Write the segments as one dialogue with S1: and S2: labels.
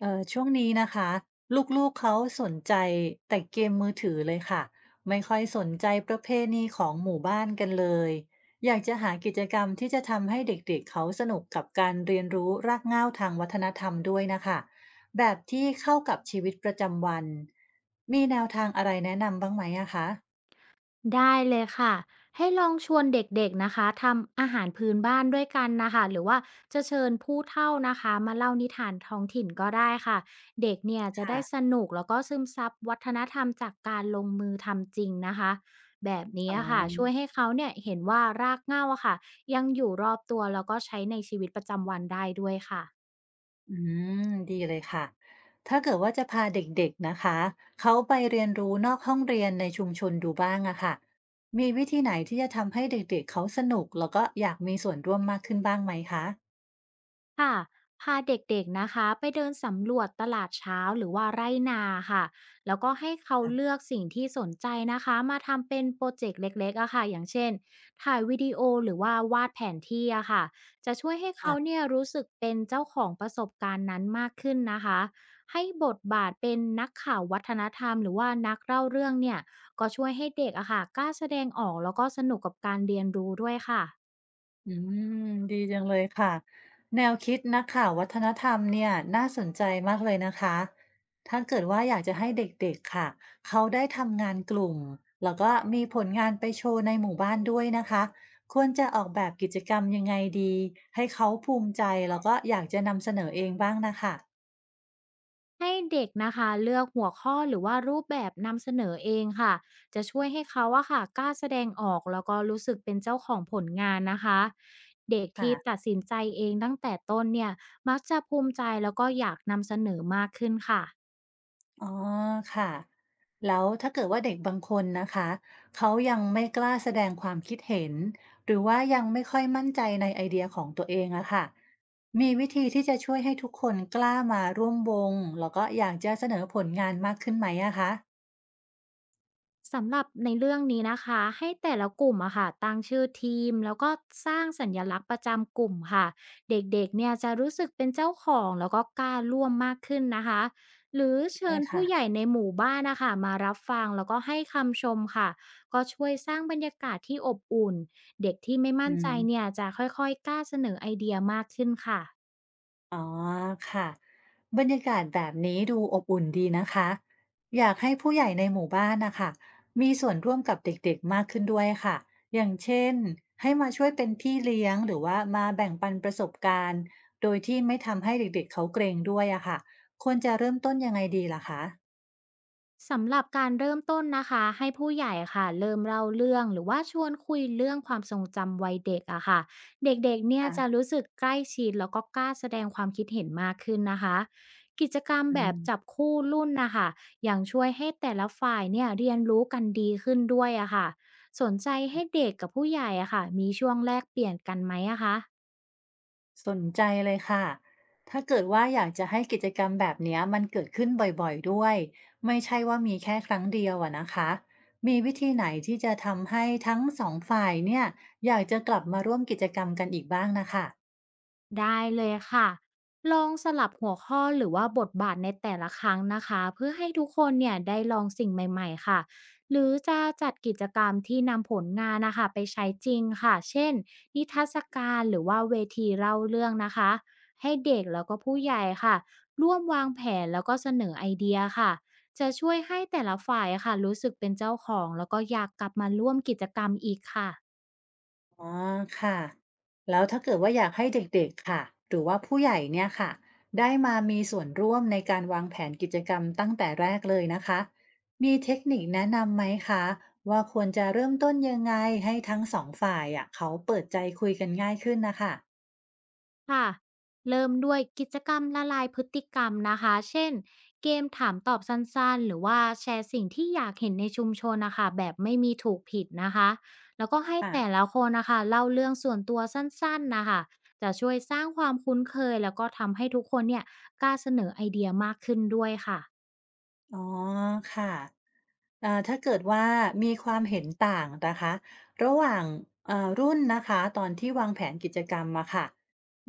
S1: ช่วงนี้นะคะลูกๆเขาสนใจแต่เกมมือถือเลยค่ะไม่ค่อยสนใจประเพณีของหมู่บ้านกันเลยอยากจะหากิจกรรมที่จะทำให้เด็กๆเขาสนุกกับการเรียนรู้รากเหง้าทางวัฒนธรรมด้วยนะคะแบบที่เข้ากับชีวิตประจำวันมีแนวทางอะไรแนะนำบ้างไหมอะคะ
S2: ได้เลยค่ะให้ลองชวนเด็กๆนะคะทำอาหารพื้นบ้านด้วยกันนะคะหรือว่าจะเชิญผู้เฒ่านะคะมาเล่านิทานท้องถิ่นก็ได้ค่ะเด็กเนี่ยจะได้ส
S1: ค่ะ
S2: นุกแล้วก็ซึมซับวัฒนธรรมจากการลงมือทำจริงนะคะแบบ
S1: อ๋
S2: นี้
S1: อ
S2: ค่ะช่วยให้เขาเนี่ยเห็นว่ารากเหง้าอะค่ะยังอยู่รอบตัวแล้วก็ใช้ในชีวิตประจำวันได้ด้วยค่ะ
S1: อืมดีเลยค่ะถ้าเกิดว่าจะพาเด็กๆนะคะเขาไปเรียนรู้นอกห้องเรียนในชุมชนดูบ้างอะค่ะมีวิธีไหนที่จะทำให้เด็กๆเขาสนุกแล้วก็อยากมีส่วนร่วมมากขึ้นบ้างไหมคะ
S2: ค่ะพาเด็กๆนะคะไปเดินสำรวจตลาดเช้าหรือว่าไร่นาค่ะ แล้วก็ให้เขาเลือกสิ่งที่สนใจนะคะมาทำเป็นโปรเจกต์เล็กๆอะค่ะอย่างเช่นถ่ายวิดีโอหรือว่าวาดแผนที่อะค่ะจะช่วยให้เขาเนี่ยรู้สึกเป็นเจ้าของประสบการณ์นั้นมากขึ้นนะคะให้บทบาทเป็นนักข่าววัฒนธรรมหรือว่านักเล่าเรื่องเนี่ยก็ช่วยให้เด็กอะค่ะกล้าแสดงออกแล้วก็สนุกกับการเรียนรู้ด้วยค่ะ
S1: อืมดีจังเลยค่ะแนวคิดนักข่าววัฒนธรรมเนี่ยน่าสนใจมากเลยนะคะถ้าเกิดว่าอยากจะให้เด็กๆค่ะเขาได้ทำงานกลุ่มแล้วก็มีผลงานไปโชว์ในหมู่บ้านด้วยนะคะควรจะออกแบบกิจกรรมยังไงดีให้เขาภูมิใจแล้วก็อยากจะนำเสนอเองบ้างนะคะ
S2: ให้เด็กนะคะเลือกหัวข้อหรือว่ารูปแบบนำเสนอเองค่ะจะช่วยให้เขาอะค่ะกล้าแสดงออกแล้วก็รู้สึกเป็นเจ้าของผลงานนะคะเด็กที่ตั
S1: ค่ะ
S2: ดสินใจเองตั้งแต่ต้นเนี่ยมักจะภูมิใจแล้วก็อยากนำเสนอมากขึ้นค่ะ
S1: อ๋อค่ะแล้วถ้าเกิดว่าเด็กบางคนนะคะเขายังไม่กล้าแสดงความคิดเห็นหรือว่ายังไม่ค่อยมั่นใจในไอเดียของตัวเองอะค่ะมีวิธีที่จะช่วยให้ทุกคนกล้ามาร่วมวงแล้วก็อยากจะเสนอผลงานมากขึ้นไหมอะคะ
S2: สำหรับในเรื่องนี้นะคะให้แต่ละกลุ่มอะค่ะตั้งชื่อทีมแล้วก็สร้างสัญลักษณ์ประจำกลุ่มค่ะเด็กๆเนี่ยจะรู้สึกเป็นเจ้าของแล้วก็กล้าร่วมมากขึ้นนะคะหรือเชิ
S1: ได้
S2: ญ
S1: ค่ะ
S2: ผู้ใหญ่ในหมู่บ้านนะคะมารับฟังแล้วก็ให้คำชมค่ะก็ช่วยสร้างบรรยากาศที่อบอุ่นเด็กที่ไม่มั่
S1: อื
S2: นใจเนี่
S1: ม
S2: ยจะค่อยๆกล้าเสนอไอเดียมากขึ้นค่ะ
S1: อ๋อค่ะบรรยากาศแบบนี้ดูอบอุ่นดีนะคะอยากให้ผู้ใหญ่ในหมู่บ้านนะคะมีส่วนร่วมกับเด็กๆมากขึ้นด้วยค่ะอย่างเช่นให้มาช่วยเป็นพี่เลี้ยงหรือว่ามาแบ่งปันประสบการณ์โดยที่ไม่ทำให้เด็กๆเขาเกรงด้วยอะค่ะควรจะเริ่มต้นยังไงดีล่ะคะ
S2: สำหรับการเริ่มต้นนะคะให้ผู้ใหญ่ค่ะเริ่มเล่าเรื่องหรือว่าชวนคุยเรื่องความทรงจำวัยเด็กอะค่ะเด็กๆเนี่ยจะ
S1: ค่ะ
S2: รู้สึกใกล้ชิดแล้วก็กล้าแสดงความคิดเห็นมากขึ้นนะคะกิจกรรม
S1: อื
S2: แบบจับ
S1: ม
S2: คู่รุ่นนะคะยังช่วยให้แต่ละฝ่ายเนี่ยเรียนรู้กันดีขึ้นด้วยอะค่ะสนใจให้เด็กกับผู้ใหญ่อะค่ะมีช่วงแลกเปลี่ยนกันไหมอะคะ
S1: สนใจเลยค่ะ ถ้าเกิดว่าอยากจะให้กิจกรรมแบบเนี้ยมันเกิดขึ้นบ่อยๆด้วย ไม่ใช่ว่ามีแค่ครั้งเดียวอะนะคะ มีวิธีไหนที่จะทำให้ทั้งสองฝ่ายเนี่ยอยากจะกลับมาร่วมกิจกรรมกันอีกบ้างนะคะ
S2: ได้เลยค่ะลองสลับหัวข้อหรือว่าบทบาทในแต่ละครั้งนะคะเพื่อให้ทุกคนเนี่ยได้ลองสิ่งใหม่ๆค่ะหรือจะจัดกิจกรรมที่นำผลงานนะคะไปใช้จริงค่ะเช่นนิทรรศการหรือว่าเวทีเล่าเรื่องนะคะให้เด็กแล้วก็ผู้ใหญ่ค่ะร่วมวางแผนแล้วก็เสนอไอเดียค่ะจะช่วยให้แต่ละฝ่ายค่ะรู้สึกเป็นเจ้าของแล้วก็อยากกลับมาร่วมกิจกรรมอีกค่ะ
S1: อ๋อค่ะแล้วถ้าเกิดว่าอยากให้เด็กๆค่ะหรือว่าผู้ใหญ่เนี่ยค่ะได้มามีส่วนร่วมในการวางแผนกิจกรรมตั้งแต่แรกเลยนะคะมีเทคนิคแนะนำไหมคะว่าควรจะเริ่มต้นยังไงให้ทั้งสองฝ่ายอ่ะเขาเปิดใจคุยกันง่ายขึ้นนะคะ
S2: ค่ะเริ่มด้วยกิจกรรมละลายพฤติกรรมนะคะเช่นเกมถามตอบสั้นๆหรือว่าแชร์สิ่งที่อยากเห็นในชุมชนนะคะแบบไม่มีถูกผิดนะคะแล้วก็ให้แต่
S1: ค่ะ
S2: ละคนนะคะเล่าเรื่องส่วนตัวสั้นๆนะคะจะช่วยสร้างความคุ้นเคยแล้วก็ทำให้ทุกคนเนี่ยกล้าเสนอไอเดียมากขึ้นด้วยค่ะ
S1: อ๋อค่ะ ถ้าเกิดว่ามีความเห็นต่างนะคะระหว่างรุ่นนะคะตอนที่วางแผนกิจกรรมอะค่ะ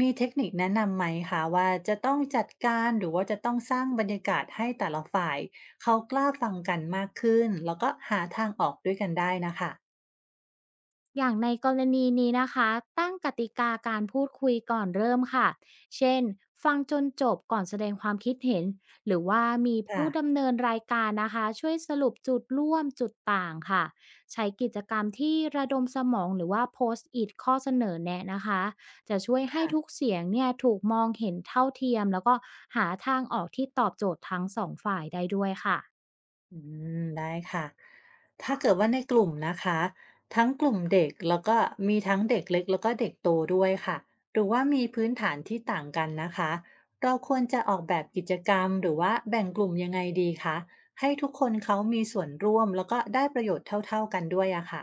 S1: มีเทคนิคแนะนำไหมคะว่าจะต้องจัดการหรือว่าจะต้องสร้างบรรยากาศให้แต่ละฝ่ายเขากล้าฟังกันมากขึ้นแล้วก็หาทางออกด้วยกันได้นะคะ
S2: อย่างในกรณีนี้นะคะตั้งกติกาการพูดคุยก่อนเริ่มค่ะเช่นฟังจนจบก่อนแสดงความคิดเห็นหรือว่ามี
S1: ค่ะ
S2: ผู้ดำเนินรายการนะคะช่วยสรุปจุดร่วมจุดต่างค่ะใช้กิจกรรมที่ระดมสมองหรือว่าโพสต์อิทข้อเสนอแนะนะคะจะช่วยให้ทุ
S1: ค่ะ
S2: กเสียงเนี่ยถูกมองเห็นเท่าเทียมแล้วก็หาทางออกที่ตอบโจทย์ทั้งสองฝ่ายได้ด้วยค่ะ
S1: อืมได้ค่ะ ถ้าเกิดว่าในกลุ่มนะคะทั้งกลุ่มเด็กแล้วก็มีทั้งเด็กเล็กแล้วก็เด็กโตด้วยค่ะหรือว่ามีพื้นฐานที่ต่างกันนะคะเราควรจะออกแบบกิจกรรมหรือว่าแบ่งกลุ่มยังไงดีคะให้ทุกคนเขามีส่วนร่วมแล้วก็ได้ประโยชน์เท่าๆกันด้วยอะค่ะ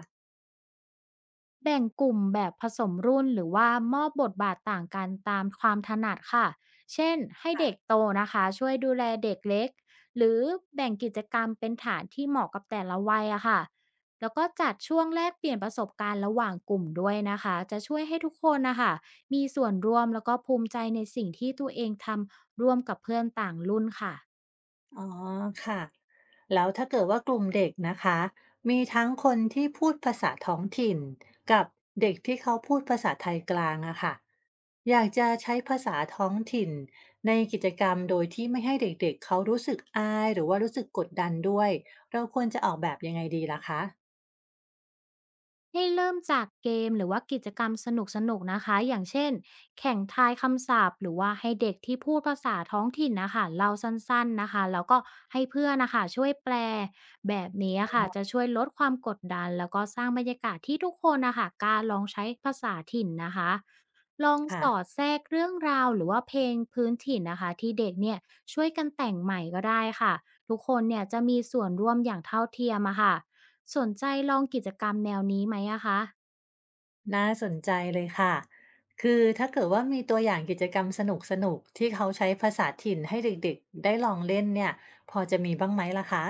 S2: แบ่งกลุ่มแบบผสมรุ่นหรือว่ามอบบทบาทต่างกันตามความถนัดค่ะ เช่นให้
S1: ค่ะ
S2: เด็กโตนะคะช่วยดูแลเด็กเล็กหรือแบ่งกิจกรรมเป็นฐานที่เหมาะกับแต่ละวัยอะค่ะแล้วก็จัดช่วงแลกเปลี่ยนประสบการณ์ระหว่างกลุ่มด้วยนะคะจะช่วยให้ทุกคนนะคะมีส่วนร่วมแล้วก็ภูมิใจในสิ่งที่ตัวเองทำร่วมกับเพื่อนต่างรุ่นค่ะ
S1: อ๋อค่ะแล้วถ้าเกิดว่ากลุ่มเด็กนะคะมีทั้งคนที่พูดภาษาท้องถิ่นกับเด็กที่เขาพูดภาษาไทยกลางอะค่ะอยากจะใช้ภาษาท้องถิ่นในกิจกรรมโดยที่ไม่ให้เด็กๆเเขารู้สึกอายหรือว่ารู้สึกกดดันด้วยเราควรจะออกแบบยังไงดีล่ะคะ
S2: ให้เริ่มจากเกมหรือว่ากิจกรรมสนุกๆนนะคะอย่างเช่นแข่งทายคำศัพท์หรือว่าให้เด็กที่พูดภาษาท้องถิ่นนะคะเล่าสั้นๆนะคะแล้วก็ให้เพื่อนนะคะช่วยแปลแบบนี้อะค่ะจะช่วยลดความกดดันแล้วก็สร้างบรรยากาศที่ทุกคนนะคะกล้าลองใช้ภาษาถิ่นนะคะลองส
S1: ค่ะ
S2: อดแทรกเรื่องราวหรือว่าเพลงพื้นถิ่นนะคะที่เด็กเนี่ยช่วยกันแต่งใหม่ก็ได้ค่ะทุกคนเนี่ยจะมีส่วนร่วมอย่างเท่าเทียมอะค่ะ สนใจลองกิจกรรมแนวนี้ไหมอะคะ
S1: น่าสนใจเลยค่ะคือถ้าเกิดว่ามีตัวอย่างกิจกรรมสนุกๆที่เขาใช้ภาษาถิ่นให้เด็กๆได้ลองเล่นเนี่ยพอจะมีบ้างไหมล่ะคะ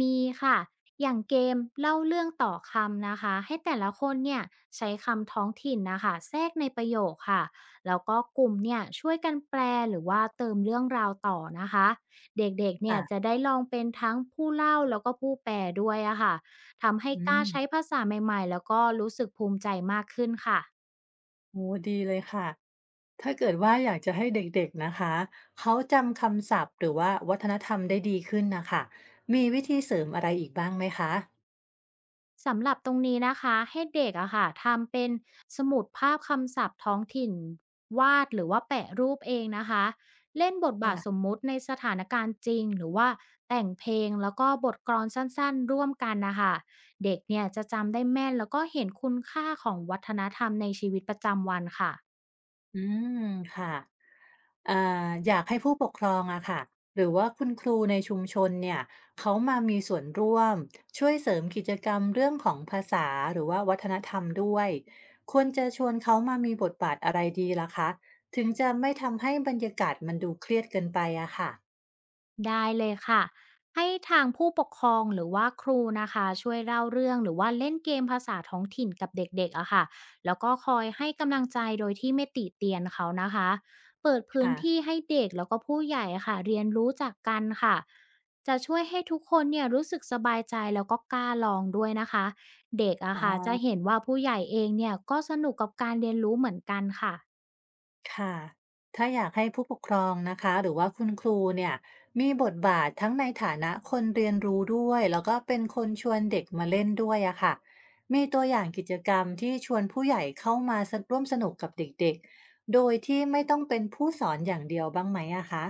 S2: มีค่ะอย่างเกมเล่าเรื่องต่อคำนะคะให้แต่ละคนเนี่ยใช้คำท้องถิ่นนะคะแทรกในประโยคค่ะแล้วก็กลุ่มเนี่ยช่วยกันแปลหรือว่าเติมเรื่องราวต่อนะคะเด็กๆเนี่ยจะ
S1: ค่ะ
S2: ได้ลองเป็นทั้งผู้เล่าแล้วก็ผู้แปลด้วยอะค่ะทำให้
S1: อื
S2: กล้า
S1: ม
S2: ใช้ภาษาใหม่ๆแล้วก็รู้สึกภูมิใจมากขึ้นค่ะ
S1: โอ้ดีเลยค่ะถ้าเกิดว่าอยากจะให้เด็กๆนะคะเขาจำคำศัพท์หรือว่าวัฒนธรรมได้ดีขึ้นนะคะมีวิธีเสริมอะไรอีกบ้างไหมคะ
S2: สำหรับตรงนี้นะคะให้เด็กอะค่ะทำเป็นสมุดภาพคำศัพท์ท้องถิ่นวาดหรือว่าแปะรูปเองนะคะเล่นบทบาทสม
S1: ค่ะ
S2: มุติในสถานการณ์จริงหรือว่าแต่งเพลงแล้วก็บทกลอนสั้นๆร่วมกันนะคะเด็กเนี่ยจะจำได้แม่นแล้วก็เห็นคุณค่าของวัฒนธรรมในชีวิตประจำวันค่ะ
S1: อืมค่ะเอ่าอยากให้ผู้ปกครองอะค่ะหรือว่าคุณครูในชุมชนเนี่ยเขามามีส่วนร่วมช่วยเสริมกิจกรรมเรื่องของภาษาหรือว่าวัฒนธรรมด้วย ควรจะชวนเขามามีบทบาทอะไรดีล่ะคะถึงจะไม่ทำให้บรรยากาศมันดูเครียดเกินไปอะค่ะ
S2: ได้เลยค่ะให้ทางผู้ปกครองหรือว่าครูนะคะช่วยเล่าเรื่องหรือว่าเล่นเกมภาษาท้องถิ่นกับเด็กๆอะค่ะแล้วก็คอยให้กำลังใจโดยที่ไม่ติเตียนเขานะคะเปิดพื้น
S1: ค่ะ
S2: ที่ให้เด็กแล้วก็ผู้ใหญ่อะค่ะเรียนรู้จากกันค่ะจะช่วยให้ทุกคนเนี่ยรู้สึกสบายใจแล้วก็กล้าลองด้วยนะคะเด็กอะ
S1: อ๋อ
S2: ค่ะจะเห็นว่าผู้ใหญ่เองเนี่ยก็สนุกกับการเรียนรู้เหมือนกันค่ะ
S1: ค่ะถ้าอยากให้ผู้ปกครองนะคะหรือว่าคุณครูเนี่ยมีบทบาททั้งในฐานะคนเรียนรู้ด้วยแล้วก็เป็นคนชวนเด็กมาเล่นด้วยอะค่ะมีตัวอย่างกิจกรรมที่ชวนผู้ใหญ่เข้ามาสร่วมสนุกกับเด็กๆ โดยที่ไม่ต้องเป็นผู้สอนอย่างเดียวบ้างไหมอะคะ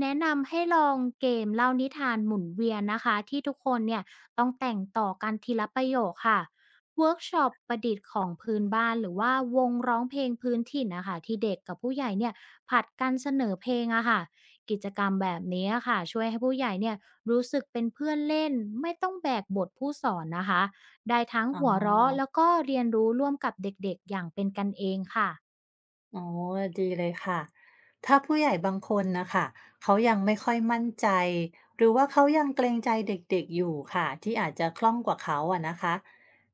S2: แนะนำให้ลองเกมเล่านิทานหมุนเวียนนะคะที่ทุกคนเนี่ยต้องแต่งต่อกันทีละประโยคค่ะเวิร์กช็อปประดิษฐ์ของพื้นบ้านหรือว่าวงร้องเพลงพื้นถิ่นนะคะที่เด็กกับผู้ใหญ่เนี่ยผัดกันเสนอเพลงอะค่ะกิจกรรมแบบนี้อะค่ะช่วยให้ผู้ใหญ่เนี่ยรู้สึกเป็นเพื่อนเล่นไม่ต้องแบกบทผู้สอนนะคะได้ทั้ง
S1: อ๋
S2: หัวเราะ
S1: อ
S2: แล้วก็เรียนรู้ร่วมกับเด็กๆอย่างเป็นกันเองค่ะ
S1: อ๋อดีเลยค่ะถ้าผู้ใหญ่บางคนนะคะเขายังไม่ค่อยมั่นใจหรือว่าเขายังเกรงใจเด็กๆอยู่ค่ะที่อาจจะคล่องกว่าเขาอะนะคะ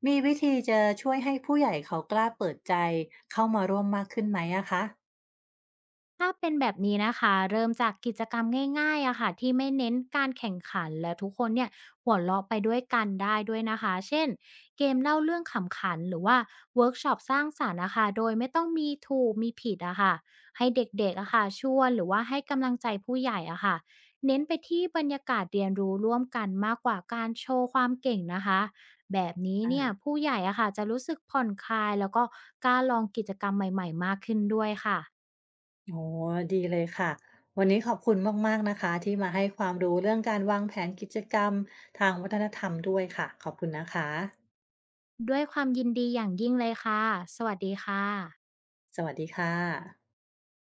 S1: มีวิธีจะช่วยให้ผู้ใหญ่เขากล้าเปิดใจเข้ามาร่วมมากขึ้นไหมอะคะ
S2: ถ้าเป็นแบบนี้นะคะเริ่มจากกิจกรรมง่ายๆอะค่ะที่ไม่เน้นการแข่งขันและทุกคนเนี่ยหัวเราะไปด้วยกันได้ด้วยนะคะเช่นเกมเล่าเรื่องขำขันหรือว่าเวิร์กช็อปสร้างสารรค์นะคะโดยไม่ต้องมีถูกมีผิดอะค่ะให้เด็กๆอะค่ะชวนหรือว่าให้กำลังใจผู้ใหญ่อะค่ะเน้นไปที่บรรยากาศเรียนรู้ร่วมกันมากกว่าการโชว์ความเก่งนะคะแบบนี้เนี่ย
S1: อ่า
S2: ผู้ใหญ่อะค่ะจะรู้สึกผ่อนคลายแล้วก็กล้าลองกิจกรรมใหม่ๆมากขึ้นด้วยค่ะ
S1: โอ้ดีเลยค่ะวันนี้ขอบคุณมากๆนะคะที่มาให้ความรู้เรื่องการวางแผนกิจกรรมทางวัฒนธรรมด้วยค่ะขอบคุณนะคะ
S2: ด้วยความยินดีอย่างยิ่งเลยค่ะ สวัสดีค่ะ
S1: สวัสดีค่ะ